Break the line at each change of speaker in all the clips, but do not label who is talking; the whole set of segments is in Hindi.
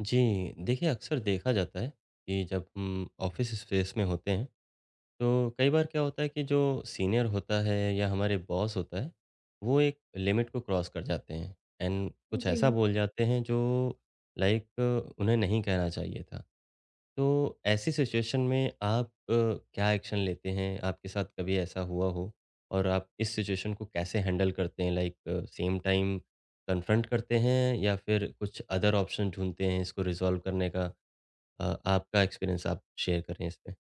जी, देखिए अक्सर देखा जाता है कि जब हम ऑफ़िस स्पेस में होते हैं, तो कई बार क्या होता है कि जो सीनियर होता है या हमारे बॉस होता है, वो एक लिमिट को क्रॉस कर जाते हैं एंड कुछ ऐसा
जी।
बोल जाते हैं जो लाइक उन्हें नहीं कहना चाहिए था। तो ऐसी सिचुएशन में आप क्या एक्शन लेते हैं? आपके साथ कभी ऐसा हुआ हो? और आप इस सिचुएशन को कैसे हैंडल करते हैं? लाइक सेम टाइम कन्फ्रंट करते हैं या फिर कुछ अदर ऑप्शन ढूँढते हैं इसको रिज़ॉल्व करने का? आपका एक्सपीरियंस आप शेयर करें इसमें।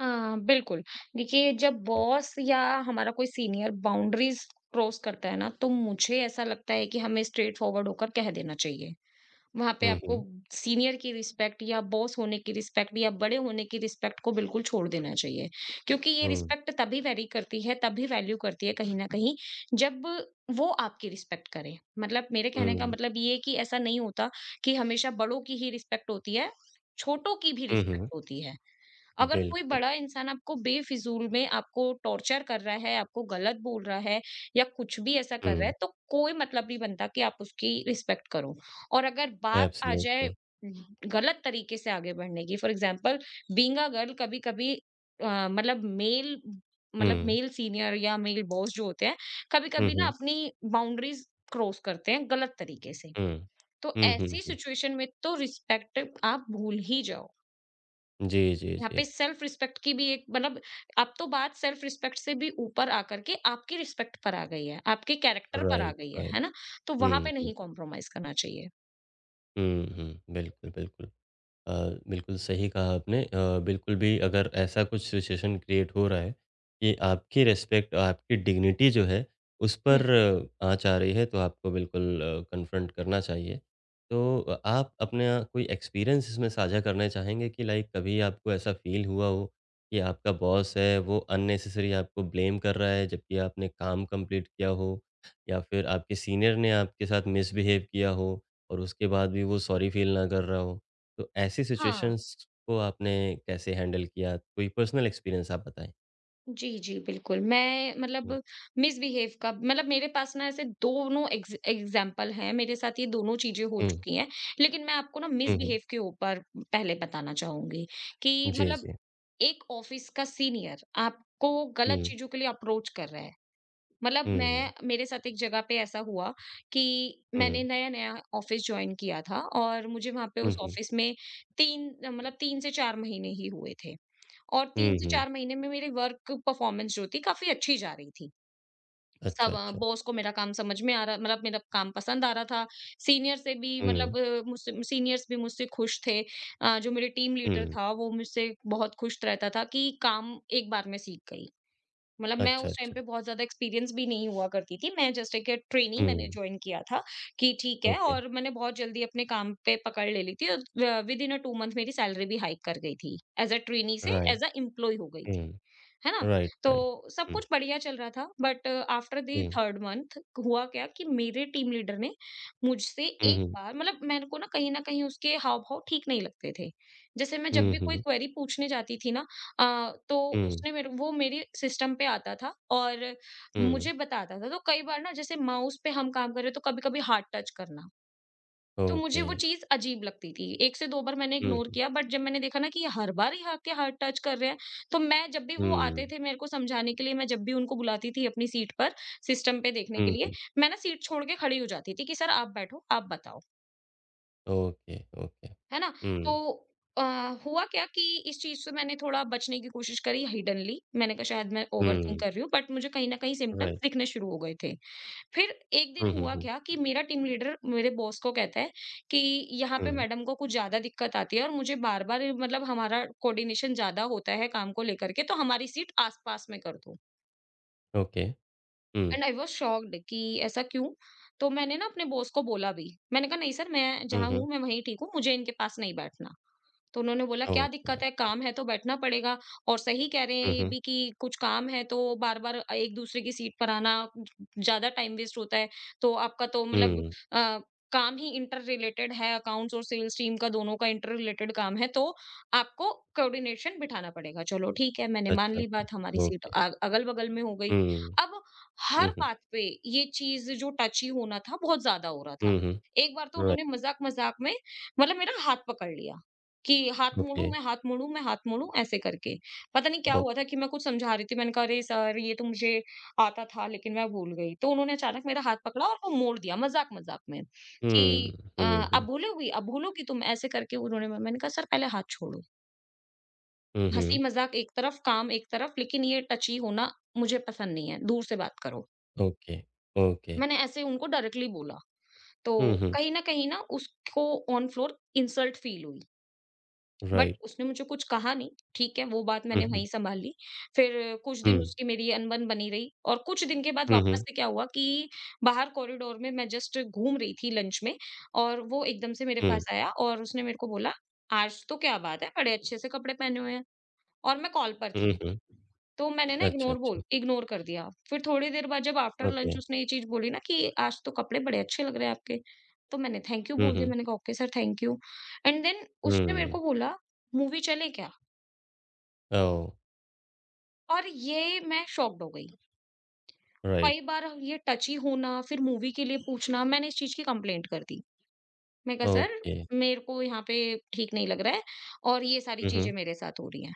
हाँ, बिल्कुल। देखिए, जब बॉस या हमारा कोई सीनियर बाउंड्रीज़ क्रॉस करता है ना, तो मुझे ऐसा लगता है कि हमें स्ट्रेट फॉरवर्ड होकर कह देना चाहिए। वहाँ पे
हुँ,
आपको
हुँ,
सीनियर की रिस्पेक्ट या बॉस होने की रिस्पेक्ट या बड़े होने की रिस्पेक्ट को बिल्कुल छोड़ देना चाहिए। क्योंकि ये
हुँ,
रिस्पेक्ट तभी वैरी करती है, तभी वैल्यू करती है कहीं न कहीं, जब वो आपकी रिस्पेक्ट करें। मतलब मेरे कहने का
हुँ,
मतलब ये है कि ऐसा नहीं होता कि हमेशा बड़ों की ही रिस्पेक्ट होती है, छोटों की भी
हुँ,
रिस्पेक्ट
हुँ,
होती है। अगर कोई
बिल्कुल।
बड़ा इंसान आपको बेफिजूल में आपको टॉर्चर कर रहा है, आपको गलत बोल रहा है या कुछ भी ऐसा कर रहा है,
हुँ,
तो कोई मतलब नहीं बनता कि आप उसकी रिस्पेक्ट करो। और अगर बात आ जाए
एब्सोल्युटली।
गलत तरीके से आगे बढ़ने की, for example being a girl, कभी-कभी मतलब मेल
हुँ,
सीनियर या मेल बॉस जो होते हैं,
हुँ,
कभी-कभी ना
हुँ,
अपनी बाउंड्रीज क्रॉस करते हैं गलत तरीके से।
हुँ,
तो
हुँ, हुँ,
ऐसी
हुँ।
सिचुएशन में तो रिस्पेक्ट आप भूल ही जाओ।
जी, जी,
यहाँ पे
जी।
सेल्फ रिस्पेक्ट की भी एक मतलब, अब तो बात सेल्फ रिस्पेक्ट से भी ऊपर आकर के आपकी रिस्पेक्ट पर आ गई है, आपके कैरेक्टर पर आ
राइट,
गई
राइट।
है ना? तो
हुँ,
वहाँ पे
हुँ,
नहीं कॉम्प्रोमाइज़ करना चाहिए।
हुँ, हुँ, बिल्कुल, बिल्कुल। अ, बिल्कुल सही कहा आपने बिल्कुल भी अगर ऐसा कुछ सिचुएशन क्रिएट हो रहा है कि आपकी रिस्पेक्ट आपकी डिग्निटी जो है उस
हुँ।
पर आँच आ रही है तो आपको बिल्कुल कन्फ्रंट करना चाहिए। तो आप अपना कोई एक्सपीरियंस इसमें साझा करना चाहेंगे कि लाइक कभी आपको ऐसा फ़ील हुआ हो कि आपका बॉस है वो अननेसेसरी आपको ब्लेम कर रहा है जबकि आपने काम कंप्लीट किया हो या फिर आपके सीनियर ने आपके साथ मिसबिहेव किया हो और उसके बाद भी वो सॉरी फ़ील ना कर रहा हो? तो ऐसी
हाँ,
सिचुएशंस को आपने कैसे हैंडल किया? कोई पर्सनल एक्सपीरियंस आप बताएँ?
जी, जी, बिल्कुल। मैं मतलब,
हुँ,
मिसबिहेव का मतलब, मेरे पास ना ऐसे दोनों एग्ज़ाम्पल हैं, मेरे साथ ये दोनों चीज़ें हो
हुँ,
चुकी हैं, लेकिन मैं आपको ना
हुँ, हुँ।
मिसबिहेव के ऊपर पहले बताना चाहूँगी कि
जी,
मतलब
जी।
एक ऑफ़िस का सीनियर आपको गलत
हुँ,
चीज़ों के लिए अप्रोच कर रहा है। मतलब
हुँ,
मैं, मेरे साथ एक जगह पे ऐसा हुआ कि मैंने
हुँ,
नया-नया ऑफिस जॉइन किया था और मुझे वहाँ पे
हुँ,
उस
हुँ,
ऑफिस में 3 मतलब 3 से 4 महीने ही हुए थे। और
हुँ,
3 से
हुँ।
4 महीने में मेरी वर्क परफॉर्मेंस जो थी काफ़ी अच्छी जा रही थी। सब,
अच्छा, अच्छा।
बॉस को मेरा काम समझ में आ रहा मतलब मेरा काम पसंद आ रहा था। सीनियर से भी
हुँ,
मतलब, मुझसे सीनियर्स भी मुझसे खुश थे। जो मेरे टीम लीडर
हुँ।
था वो मुझसे बहुत खुश रहता था कि काम एक बार में सीख गई। मतलब मैं
अच्छा,
उस टाइम
अच्छा।
पे बहुत ज़्यादा एक्सपीरियंस भी नहीं हुआ करती थी। मैं जस्ट एक ट्रेनी मैंने
हुँ,
जॉइन किया था कि ठीक है,
ओके,
और मैंने बहुत जल्दी अपने काम पे पकड़ ले ली थी और विदिन अ 2 मंथ मेरी सैलरी भी हाइक कर गई थी। ऐज़ अ ट्रेनी से
राइट।
ऐज़ अ एम्प्लॉयी हो गई थी।
हुँ,
है ना?
राइट,
तो
राइट।
सब
हुँ,
कुछ बढ़िया चल रहा था, but after the
hmm,
3rd month हुआ क्या कि मेरे टीम लीडर ने मुझसे
हुँ,
एक
हुँ,
बार, मतलब मेरे को ना कहीं न कहीं उसके हाव-भाव ठीक नहीं लगते थे। जैसे मैं जब
हुँ,
भी कोई
हुँ,
क्वेरी पूछने जाती थी ना, अ, तो
हुँ,
उसने मेरे, वो मेरे सिस्टम पे आता था और
हुँ,
मुझे बताता था। तो कई बार ना जैसे माउस पे हम काम कर रहे हैं, तो कभी-कभी हार्ड टच करना, तो मुझे
ओके।
वो चीज़ अजीब लगती थी। 1 से 2 बार मैंने
हुँ,
इग्नोर
हुँ,
किया, बट जब मैंने देखा ना कि ये हर बार ही आके हार्ड टच कर रहे हैं, तो मैं जब भी वो आते
हुँ,
थे मेरे को समझाने के लिए, मैं जब भी उनको बुलाती थी अपनी सीट पर सिस्टम पे देखने के
हुँ,
लिए,
हुँ,
मैं ना सीट छोड़ के खड़ी हो जाती थी कि सर आप बैठो, आप बताओ।
Okay, okay.
है ना? तो
हुँ,
अ, हुआ क्या कि इस चीज़ से मैंने थोड़ा बचने की कोशिश करी हिडेनली। मैंने कहा शायद मैं ओवरथिंक
हुँ,
कर रही हूँ, बट मुझे कहीं न कहीं सिम्पटम्स
राइट।
दिखने शुरू हो गए थे। फिर एक दिन
हुँ, हुँ,
हुआ
हुँ,
क्या कि मेरा टीम लीडर मेरे बॉस को कहता है कि यहाँ पे
हुँ,
मैडम को कुछ ज़्यादा दिक्कत आती है, और मुझे बार-बार, मतलब हमारा कोऑर्डिनेशन ज़्यादा होता है काम को लेकर के, तो हमारी सीट आस-पास में कर दो।
Okay. Hmm,
and I was shocked कि ऐसा क्यों? तो मैंने ना अपने बॉस को बोला भी। मैंने कहा नहीं सर, मैं
हुँ,
जहाँ हूँ
हुँ,
मैं वहीं ठीक हूँ, मुझे इनके पास नहीं बैठना। तो उन्होंने बोला, क्या
ओके।
दिक्कत है? काम है तो बैठना पड़ेगा, और सही कह रहे हैं ये
हम्म,
भी कि कुछ काम है तो बार बार एक दूसरे की सीट पर आना, ज्यादा टाइम वेस्ट होता है। तो आपका तो मतलब,
हम्म,
अ, काम ही इंटर रिलेटेड है, अकाउंट्स और सेल्स टीम का दोनों का इंटर रिलेटेड काम है, तो आपको कोऑर्डिनेशन बिठाना पड़ेगा। चलो ठीक है, मैंने मान
अच्छा,
ली
अच्छा,
बात, हमारी सीट
ओके।
अगल बगल में हो गई।
हम्म,
अब हर बात पे ये चीज जो टची होना था, बहुत ज्यादा हो रहा था।
हम्म, हम्म,
एक बार तो
राइट,
उन्होंने मजाक मजाक में, मतलब मेरा हाथ पकड़ लिया कि हाथ मोड़ूँ
ओके,
मैं, हाथ मोड़ूँ मैं, हाथ मोड़ूँ, ऐसे करके। पता नहीं क्या
ओ,
हुआ था कि मैं कुछ समझा रही थी, मैंने कहा अरे सर ये तो मुझे आता था लेकिन मैं भूल गई। तो उन्होंने अचानक मेरा हाथ पकड़ा और वो मोड़ दिया, मज़ाक-मज़ाक में,
हम्म,
कि "अब
हम्म,
भूलोगी, अब भूलोगी तुम?" ऐसे करके उन्होंने, म मैंने कहा सर पहले हाथ छोड़ो।
हम्म, हम्म,
हँसी मज़ाक एक तरफ, काम एक तरफ, लेकिन ये टची होना मुझे पसंद नहीं है, दूर से बात करो।
ओके, ओके,
मैंने ऐसे उनको डायरेक्टली बोला। तो
हम्म, हम्म,
कहीं न कहीं ना उसको ऑन फ्लोर इंसल्ट फील हुई। बट
राइट,
उसने मुझे कुछ कहा नहीं, ठीक है, वो बात मैंने वहीं
हम्म,
सँभाल ली। फिर कुछ दिन
हम्म,
उसकी मेरी अनबन बनी रही, और कुछ दिन के बाद वापस
हम्म,
से क्या हुआ कि बाहर कॉरिडोर में मैं जस्ट घूम रही थी लंच में, और वो एकदम से मेरे पास आया और उसने मेरे को बोला, "आज तो क्या बात है, बड़े अच्छे से कपड़े पहने हुए हैं।" और मैं कॉल पर
हम्म,
थी।
हम्म,
तो मैंने ना
अच्छा, अच्छा,
इग्नोर कर दिया। फिर थोड़ी देर बाद जब आफ्टर
ओके,
लंच उसने ये चीज़ बोली ना कि आज तो कपड़े बड़े अच्छे लग रहे हैं आपके। तो मैंने थैंक यू
हम्म,
बोल दिया।
हम्म,
मैंने कहा okay sir, thank you. And then उसने मेरे
हम्म,
को बोला, मूवी चलें क्या?
ओ,
और ये मैं शॉक्ड हो गई।
राइट,
कई बार ये टची होना, फिर मूवी के लिए पूछना, मैंने इस चीज़ की कंप्लेंट कर दी। मैंने कहा सर,
ओके,
मेरे को यहाँ पे ठीक नहीं लग रहा है और ये सारी
हम्म,
चीज़ें
हम्म,
मेरे साथ हो रही हैं।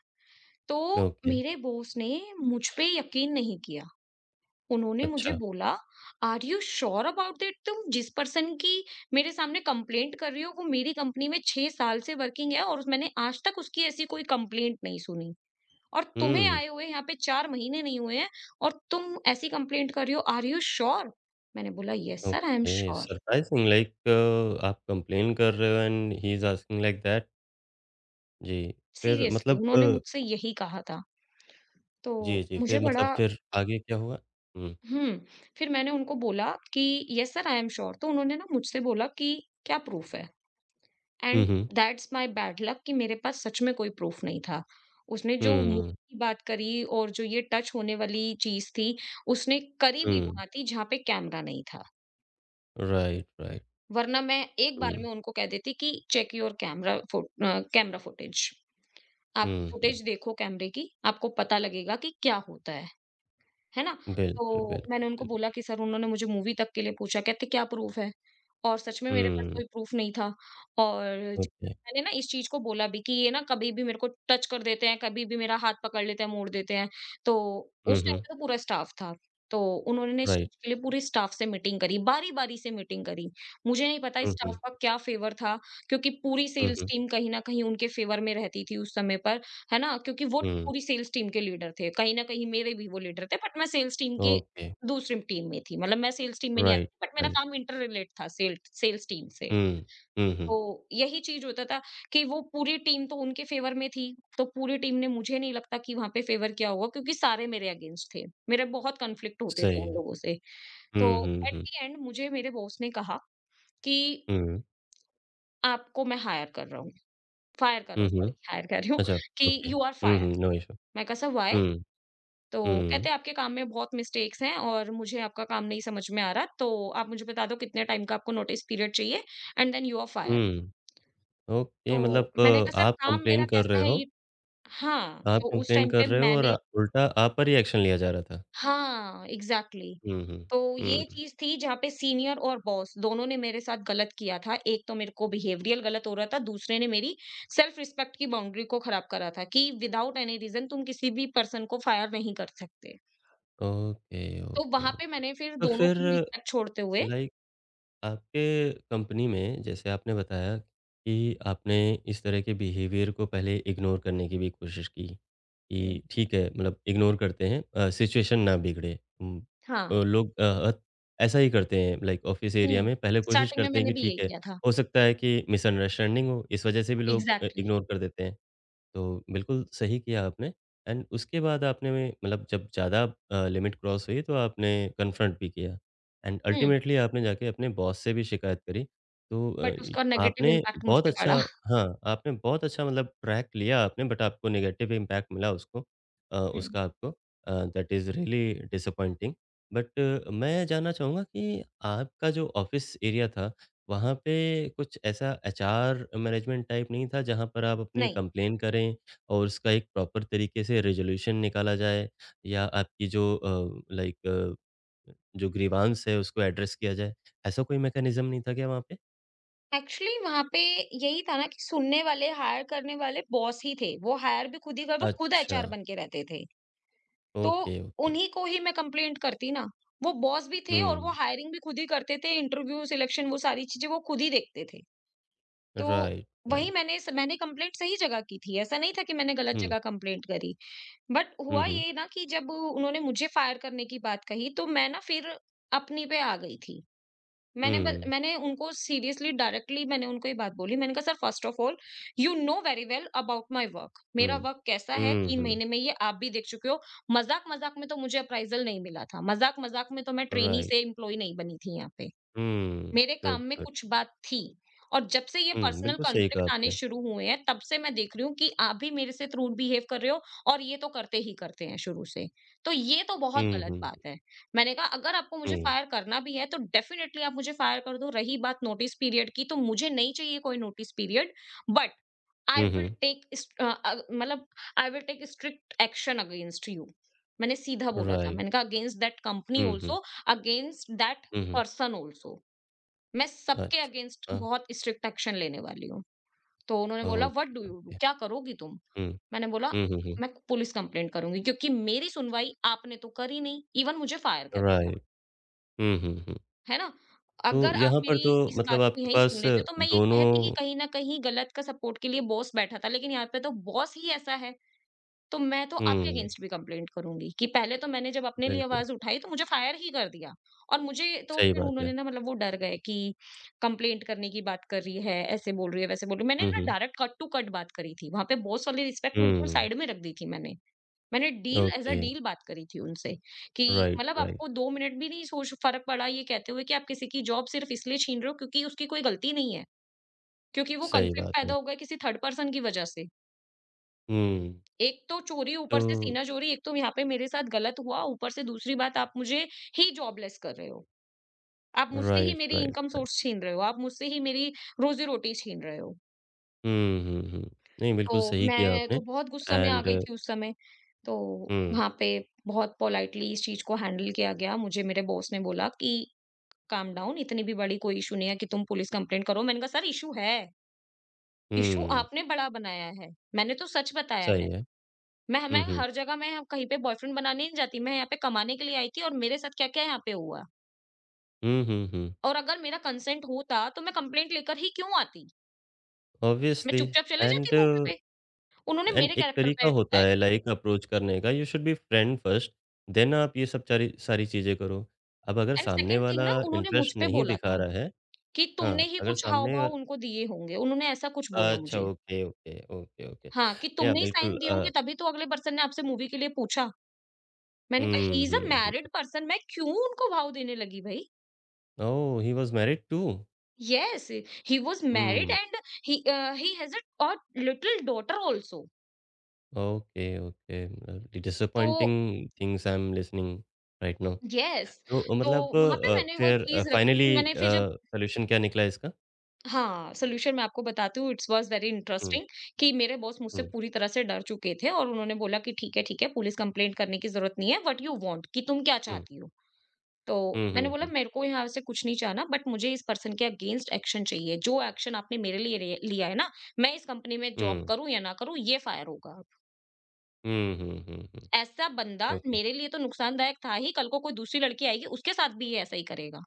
तो
ओके,
मेरे बॉस ने मुझ पे यकीन नहीं किया। उन्होंने मुझे
अच्छा,
बोला, "are you sure about that? तुम जिस पर्सन की मेरे सामने कंप्लेंट कर रही हो, वो मेरी कंपनी में 6 साल से वर्किंग है और मैंने आज तक उसकी ऐसी कोई कंप्लेंट नहीं सुनी। और तुम्हें
हम्म,
आए हुए यहाँ पे 4 महीने नहीं हुए हैं और तुम ऐसी कंप्लेंट कर रही हो, आर यू श्योर?" मैंने बोला, "yes sir, I am
okay.
Sure."
Surprising, like आप कंप्लेन कर रहे हो and he is asking like that. जी, फिर
सीरियसली
मतलब,
उन्होंने मुझसे यही कहा था। तो
जी, जी,
मुझे
फिर
बड़ा,
मतलब फिर आगे क्या हुआ? हुँ।
हुँ, फिर मैंने उनको बोला कि, "yes sir, I am sure." तो उन्होंने ना मुझसे बोला कि, "क्या प्रूफ है?"
Hmm,
and
hmm.
That's my bad luck कि मेरे पास सच में कोई प्रूफ नहीं था। उसने जो मूवी
हुँ,
की बात करी और जो ये टच होने वाली चीज़ थी, उसने करी भी
हुँ।
वहाँ थी जहाँ पे कैमरा नहीं था।
Right, right.
वरना मैं एक बार
हुँ,
में उनको कह देती कि चेक योर कैमरा फुटेज। आप
हुँ, हुँ।
फुटेज देखो कैमरे की, आपको पता लगेगा कि क्या होता है। है ना?
बिल्कुल,
तो मैंने
बिल्कुल,
उनको
बिल्कुल।
बोला कि सर, उन्होंने मुझे मूवी तक के लिए पूछा, कहते क्या प्रूफ़ है? और सच में मेरे पास
हुँ,
कोई प्रूफ़ नहीं था। और जिस
ओके।
दिन मैंने ना इस चीज़ को बोला भी कि ये ना कभी भी मेरे को टच कर देते हैं, कभी भी मेरा हाथ पकड़ लेते हैं, मोड़ देते हैं। तो
हुँ,
उस टाइम
हुँ।
पे तो पूरा स्टाफ़ था। तो उन्होंने इस चीज़
राइट।
के लिए पूरे स्टाफ़ से मीटिंग करी, बारी-बारी से मीटिंग करी। मुझे नहीं पता
हुँ,
स्टाफ़
हुँ।
का क्या फ़ेवर था, क्योंकि पूरी
हुँ,
सेल्स
हुँ।
टीम कहीं न कहीं उनके फ़ेवर में रहती थी उस समय पर। है ना? क्योंकि वो
हुँ,
पूरी सेल्स टीम के लीडर थे। कहीं न कहीं मेरे भी वो लीडर थे, बट मैं सेल्स टीम की
ओके।
दूसरी टीम में थी। मतलब मैं सेल्स टीम में नहीं
राइट,
आती, बट मेरा
राइट।
काम इंटर रिलेट था सेल्स टीम से।
हुँ, हुँ, हुँ।
तो यही चीज़ होता था कि वो पूरी टीम तो उनके फ़ेवर में थी, तो पूरी टीम ने मुझे नहीं लगता कि वहाँ पे फ़ेवर किया होगा, क्योंकि सारे मेरे अगेंस्ट थे। मेरे बहुत कॉन्फ्लिक्ट होते थे
सही
उन
है।
लोगों से। तो
हुँ, हुँ,
एट
हुँ।
द एंड मुझे मेरे बॉस ने कहा कि
हुँ,
आपको मैं हायर कर रहा हूँ, फायर कर रहा
हुँ,
हूँ, सॉरी,
हुँ।
हायर कर रही हूँ,
अच्छा,
कि
okay.
You are
hmm,
fire.
Hmm, no issue.
मैं कहा सर व्हाई?
हुँ,
तो कहते
हुँ,
हैं आपके काम में बहुत मिस्टेक्स हैं और मुझे आपका काम नहीं समझ में आ रहा, तो आप मुझे बता दो कितने टाइम का आपको नोटिस पीरियड चाहिए, and then you are fire.
हुँ।
तो
ओके,
मैंने
मतलब,
कहा सर,
आप
काम
कंप्लेन
मेरा
कर
कैसा
रहे
है
हो
ये। हाँ,
आप
तो उस
कंप्लेन
टाइम पे
कर रहे हो और
मैंने,
उल्टा आप पर ही एक्शन लिया जा रहा था।
हाँ, एग्जैक्टली,
हुँ, हुँ।
exactly. तो ये
हुँ।
चीज थी जहाँ पे सीनियर और बॉस दोनों ने मेरे साथ गलत किया था। एक तो मेरे को बिहेवियरल गलत हो रहा था, दूसरे ने मेरी सेल्फ रिस्पेक्ट की बाउंड्री को खराब करा था कि विदाउट एनी रीजन तुम किसी भी पर्सन को फायर नहीं कर सकते।
ओके,
तो
ओके,
वहाँ पे
ओके।
मैंने फिर
तो
दोनों की
फिर,
ही रिस्पेक्ट छोड़ते हुए
लाइक आपके कंपनी में जैसे आपने बताया कि आपने इस तरह के बिहेवियर को पहले इग्नोर करने की भी कोशिश की,
हुँ।
कि ठीक है मतलब इग्नोर करते हैं सिचुएशन ना बिगड़े। अ,
हाँ,
लोग अ अ, ऐसा ही करते हैं लाइक ऑफ़िस एरिया
हुँ,
में पहले कोशिश
स्टार्टिंग में
करते हैं
मैंने
कि
भी यही
ठीक है,
किया था।
हो सकता है कि मिसअंडरस्टैंडिंग हो, इस वजह से भी लोग
एग्ज़ैक्टली।
इग्नोर कर देते हैं। तो बिल्कुल सही किया आपने एंड उसके बाद आपने मतलब जब ज़्यादा लिमिट क्रॉस हुई तो आपने कन्फ्रंट भी किया एंड
हुँ,
अल्टीमेटली आपने जाके अपने बॉस से भी शिकायत करी। तो अ,
बट
इ
उसका नेगेटिव
आपने
इम्पैक्ट मुझ
बहुत
पे
अच्छा,
पड़ा।
हाँ, आपने बहुत अच्छा मतलब ट्रैक लिया आपने बट आपको नेगेटिव इम्पैक्ट मिला
हुँ।
उसका आपको that is really disappointing. But मैं जानना चाहूँगा कि आपका जो ऑफ़िस एरिया था वहाँ पे कुछ ऐसा एचआर मैनेजमेंट टाइप नहीं था जहाँ पर आप अपनी
नहीं,
कंप्लेन करें और उसका एक प्रॉपर तरीके से रेज़ोल्यूशन निकाला जाए या आपकी जो जो ग्रीवांस है उसको एड्रेस किया जाए। ऐसा कोई मैकेनिज़्म नहीं था क्या वहाँ पे?
एक्चुअली वहाँ पे यही था ना कि सुनने वाले, हायर करने वाले बॉस ही थे। वो हायर भी खुद ही कर वो खुद
अच्छा,
एचआर बन के रहते थे। तो
ओके, ओके।
उन्हीं को ही मैं कंप्लेंट करती ना। वो बॉस भी थे और वो
हुँ,
हायरिंग भी खुद ही करते थे, इंटरव्यू, सिलेक्शन वो सारी चीज़ें वो खुद ही देखते थे। तो
राइट,
वही
राइट।
मैंने कंप्लेंट सही जगह की थी, ऐसा नहीं था कि मैंने गलत
हुँ,
जगह कंप्लेंट करी। बट
हुँ,
हुआ
हुँ।
ये ना कि जब उन्होंने मुझे फायर करने की बात कही, तो मैं ना फिर अपनी पे आ गई थी। मैंने ब
हुँ,
मैंने उनको सीरियसली डायरेक्टली मैंने उनको ये बात बोली, मैंने कहा sir first of all you know very well about my work,
hmm.
मेरा वर्क कैसा है
हुँ,
3
हुँ,
महीने में ये आप भी देख चुके हो। मज़ाक-मज़ाक में तो मुझे अप्रेज़ल नहीं मिला था, मज़ाक-मज़ाक में तो मैं ट्रेनी
राइट।
से एम्प्लॉयी नहीं बनी थी यहाँ पे।
हुँ,
मेरे काम
गुड,
में
गुड।
कुछ बात थी, और जब से ये
हुँ,
पर्सनल
बिल्कुल सही कहा
कॉन्फ्लिक्ट आने
आपने।
शुरू हुए हैं तब से मैं देख रही हूँ कि आप भी मेरे से रूड बिहेव कर रहे हो, और ये तो करते ही करते हैं शुरू से। तो ये तो बहुत
हुँ,
गलत
हुँ,
बात है। मैंने कहा अगर आपको मुझे
हुँ।
फायर करना भी है तो डेफिनिटली आप मुझे फायर कर दो। रही बात नोटिस पीरियड की तो मुझे नहीं चाहिए कोई notice period, but I
hmm,
will
hmm,
take इस मतलब I will take strict action against you. मैंने सीधा बोला था।
राइट।
मैंने कहा against that company
hmm, hmm.
Also, against that
hmm, hmm.
Person also. मैं सबके
अच्छा।
अगेंस्ट
हाँ,
बहुत स्ट्रिक्ट एक्शन लेने वाली हूँ। तो उन्होंने बोला what do
okay,
you do?
Okay.
क्या करोगी तुम?
हुँ।
मैंने बोला
हुँ, हुँ, हुँ।
मैं पुलिस कंप्लेंट करूँगी क्योंकि मेरी सुनवाई आपने तो करी नहीं, इवन मुझे फायर कर दिया,
राइट। हुँ, हुँ, हुँ।
है ना?
तो
अगर आप
यहाँ पर
मेरी
तो,
इस बात
मतलब
को
आपके
यहीं सुन
पास
लेते तो मैं ये कहती कि
दोनों,
कहीं न कहीं गलत का सपोर्ट के लिए बॉस बैठा था, लेकिन यहाँ पे तो बॉस ही ऐसा है। तो मैं तो आपके
हुँ,
अगेंस्ट भी कंप्लेंट करूंगी कि पहले तो मैंने जब अपने लिए
बिल्कुल,
आवाज उठाई तो मुझे फायर ही कर दिया। और मुझे तो
सही
फिर
बात
उन्होंने
है।
ना मतलब वो डर गए कि कंप्लेंट करने की बात कर रही है, ऐसे बोल रही है वैसे बोल रही है। मैंने
हुँ,
ना
हुँ।
डायरेक्ट कट टू कट बात करी थी, वहां पे बॉस वाली रिस्पेक्ट बिल्कुल
हुँ,
साइड में रख दी थी मैंने। मैंने deal as a
okay,
deal बात करी थी उनसे कि
राइट,
मतलब
राइट,
आपको दो मिनट भी नहीं सोच फर्क पड़ा ये कहते हुए कि आप किसी की जॉब सिर्फ इसलिए छीन रहे हो क्योंकि उसकी कोई गलती नहीं है, क्योंकि वो
सही
कंफ्लिक्ट
बात
पैदा
है।
हो गया किसी थर्ड पर्सन की वजह से।
हुँ,
एक तो चोरी ऊपर
तो
से सीना चोरी, एक तो यहाँ पे मेरे साथ गलत हुआ, ऊपर से दूसरी बात आप मुझे ही जॉबलेस कर रहे हो। आप मुझसे ही
राइट,
मेरी
राइट,
इनकम
राइट।
सोर्स छीन रहे हो, आप मुझसे ही मेरी रोज़ी-रोटी छीन रहे हो।
हुँ, हुँ, हुँ। नहीं, बिल्कुल
तो
सही किया
मैं तो
आपने
बहुत गुस्सा में आ
एंड,
गई थी उस समय। तो
हुँ,
वहाँ पे बहुत पोलाइटली इस चीज़ को हैंडल किया गया। मुझे मेरे बॉस ने बोला कि काम डाउन, इतनी भी बड़ी कोई इश्यू नहीं है कि तुम पुलिस कंप्लेंट करो। मैंने कहा सर इश्यू है, इश्यू
हुँ,
आपने बड़ा बनाया है। मैंने तो सच बताया है।
सही है।
मैं
हुँ, हुँ।
हर जगह मैं कहीं पे बॉयफ्रेंड बनाने नहीं जाती, मैं यहाँ पे कमाने के लिए आई थी और मेरे साथ क्या-क्या यहाँ पे हुआ।
हुँ, हुँ, हुँ,
और अगर मेरा कंसेंट होता तो मैं कंप्लेंट लेकर ही क्यों आती? मैं
ऑब्वियसली
चुपचाप चले जाती
एंड,
मूवी पे। उन्होंने
एंड
मेरे
एक
कैरेक्टर
तरीका
पे
होता
ए
है लाइक अप्रोच करने का, you should be friend first, then आप ये सब चारी सारी चीज़ें करो। अब अगर
एंड
सामने
सेकंड थिंग
वाला
ना उन्होंने मुझ
इंटरेस्ट
पे
नहीं
बोला
दिखा
था
रहा है,
कि तुमने
हाँ,
ही
अगर
कुछ
सामने वा
हाव-भाव उनको दिए होंगे। उन्होंने ऐसा कुछ बोला
अच्छा,
मुझे।
Okay, okay, okay, okay.
हाँ, कि
या
तुमने ही साइन
बिल्कुल
दिए होंगे तभी तो अगले पर्सन ने आपसे मूवी के लिए पूछा। मैंने कहा he
hmm,
is a
hmm, hmm.
Married person, मैं क्यों उनको भाव देने लगी भई?
Oh! He was married to?
Yes, he was married
hmm,
and he he has a और little daughter also.
Okay, okay. The
तो
disappointing things I am listening right now.
yes,
तो
तो वहां पे मैंने वो चीज रखी कि
फाइनली
मैंने फिर जब,
सॉल्यूशन क्या निकला इसका?
हाँ सोल्यूशन मैं आपको बताती हूँ, it's was very
hmm,
interesting कि मेरे बॉस मुझसे
हुँ,
पूरी तरह से डर चुके थे और उन्होंने बोला कि ठीक है ठीक है, पुलिस कंप्लेंट करने की जरूरत नहीं है, व्हाट यू वांट, कि तुम क्या
हुँ।
चाहती हो। तो
हुँ, हुँ,
मैंने बोला
हुँ।
मेरे को यहाँ से कुछ नहीं चाहना, बट मुझे इस पर्सन के अगेंस्ट एक्शन चाहिए। जो एक्शन आपने मेरे लिए रे- लिया है ना, मैं इस कंपनी में जॉब
हुँ।
करूं या ना करूं ये फायर होगा।
हुँ, हुँ, हुँ, हुँ।
ऐसा बंदा
ओके,
मेरे लिए तो नुकसानदायक था ही, कल को कोई दूसरी लड़की आएगी, उसके साथ भी ये ऐसा ही करेगा।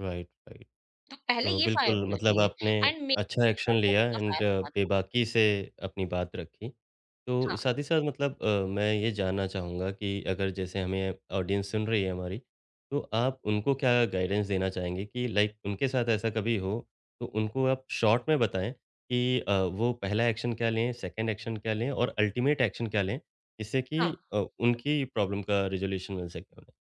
Right, right.
तो पहले
तो
ये फायर
बिल्कुल
होना
मतलब
चाहिए,
आपने
एंड
अच्छा
मेरे
एक्शन
पर वो
लिया
बंदा
एंड
फायर हुआ था।
बेबाकी से अपनी बात रखी। तो
हाँ,
साथ ही साथ मतलब मैं ये जानना चाहूँगा कि अगर जैसे हमें ऑडियंस सुन रही है हमारी, तो आप उनको क्या गाइडेंस देना चाहेंगे कि लाइक उनके साथ ऐसा कभी हो, तो उनको आप शॉर्ट में बताएँ कि वो पहला एक्शन क्या लें, सेकंड एक्शन क्या लें और अल्टीमेट एक्शन क्या लें? जिससे कि
हाँ,
उनकी प्रॉब्लम का रिज़ॉल्यूशन मिल सके उन्हें?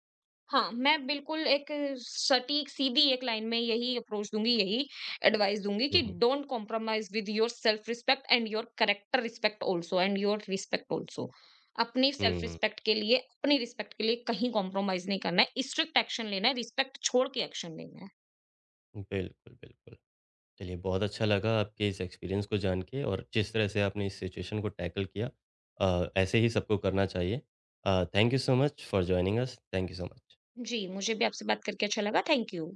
हाँ, मैं बिल्कुल एक सटीक सीधी एक लाइन में यही अप्रोच दूँगी, यही एडवाइस दूँगी
हुँ,
कि
हुँ।
Don't compromise with your self respect and your character respect also and your respect also. अपनी सेल्फ
हुँ।
रिस्पेक्ट के लिए, अपनी रिस्पेक्ट के लिए कहीं कॉम्प्रोमाइज़ नहीं करना है, स्ट्रिक्ट एक्शन लेना है, रिस्पेक्ट छोड़ के एक्शन लेना है।
बिल्कुल, बिल्कुल। चलिए, बहुत अच्छा लगा आपके इस एक्सपीरियंस को जान के और जिस तरह से आपने इस सिचुएशन को टैकल किया, ऐसे ही सबको करना चाहिए। Thank you so much for joining us. Thank you so much.
जी, मुझे भी आपसे बात करके अच्छा लगा। Thank you.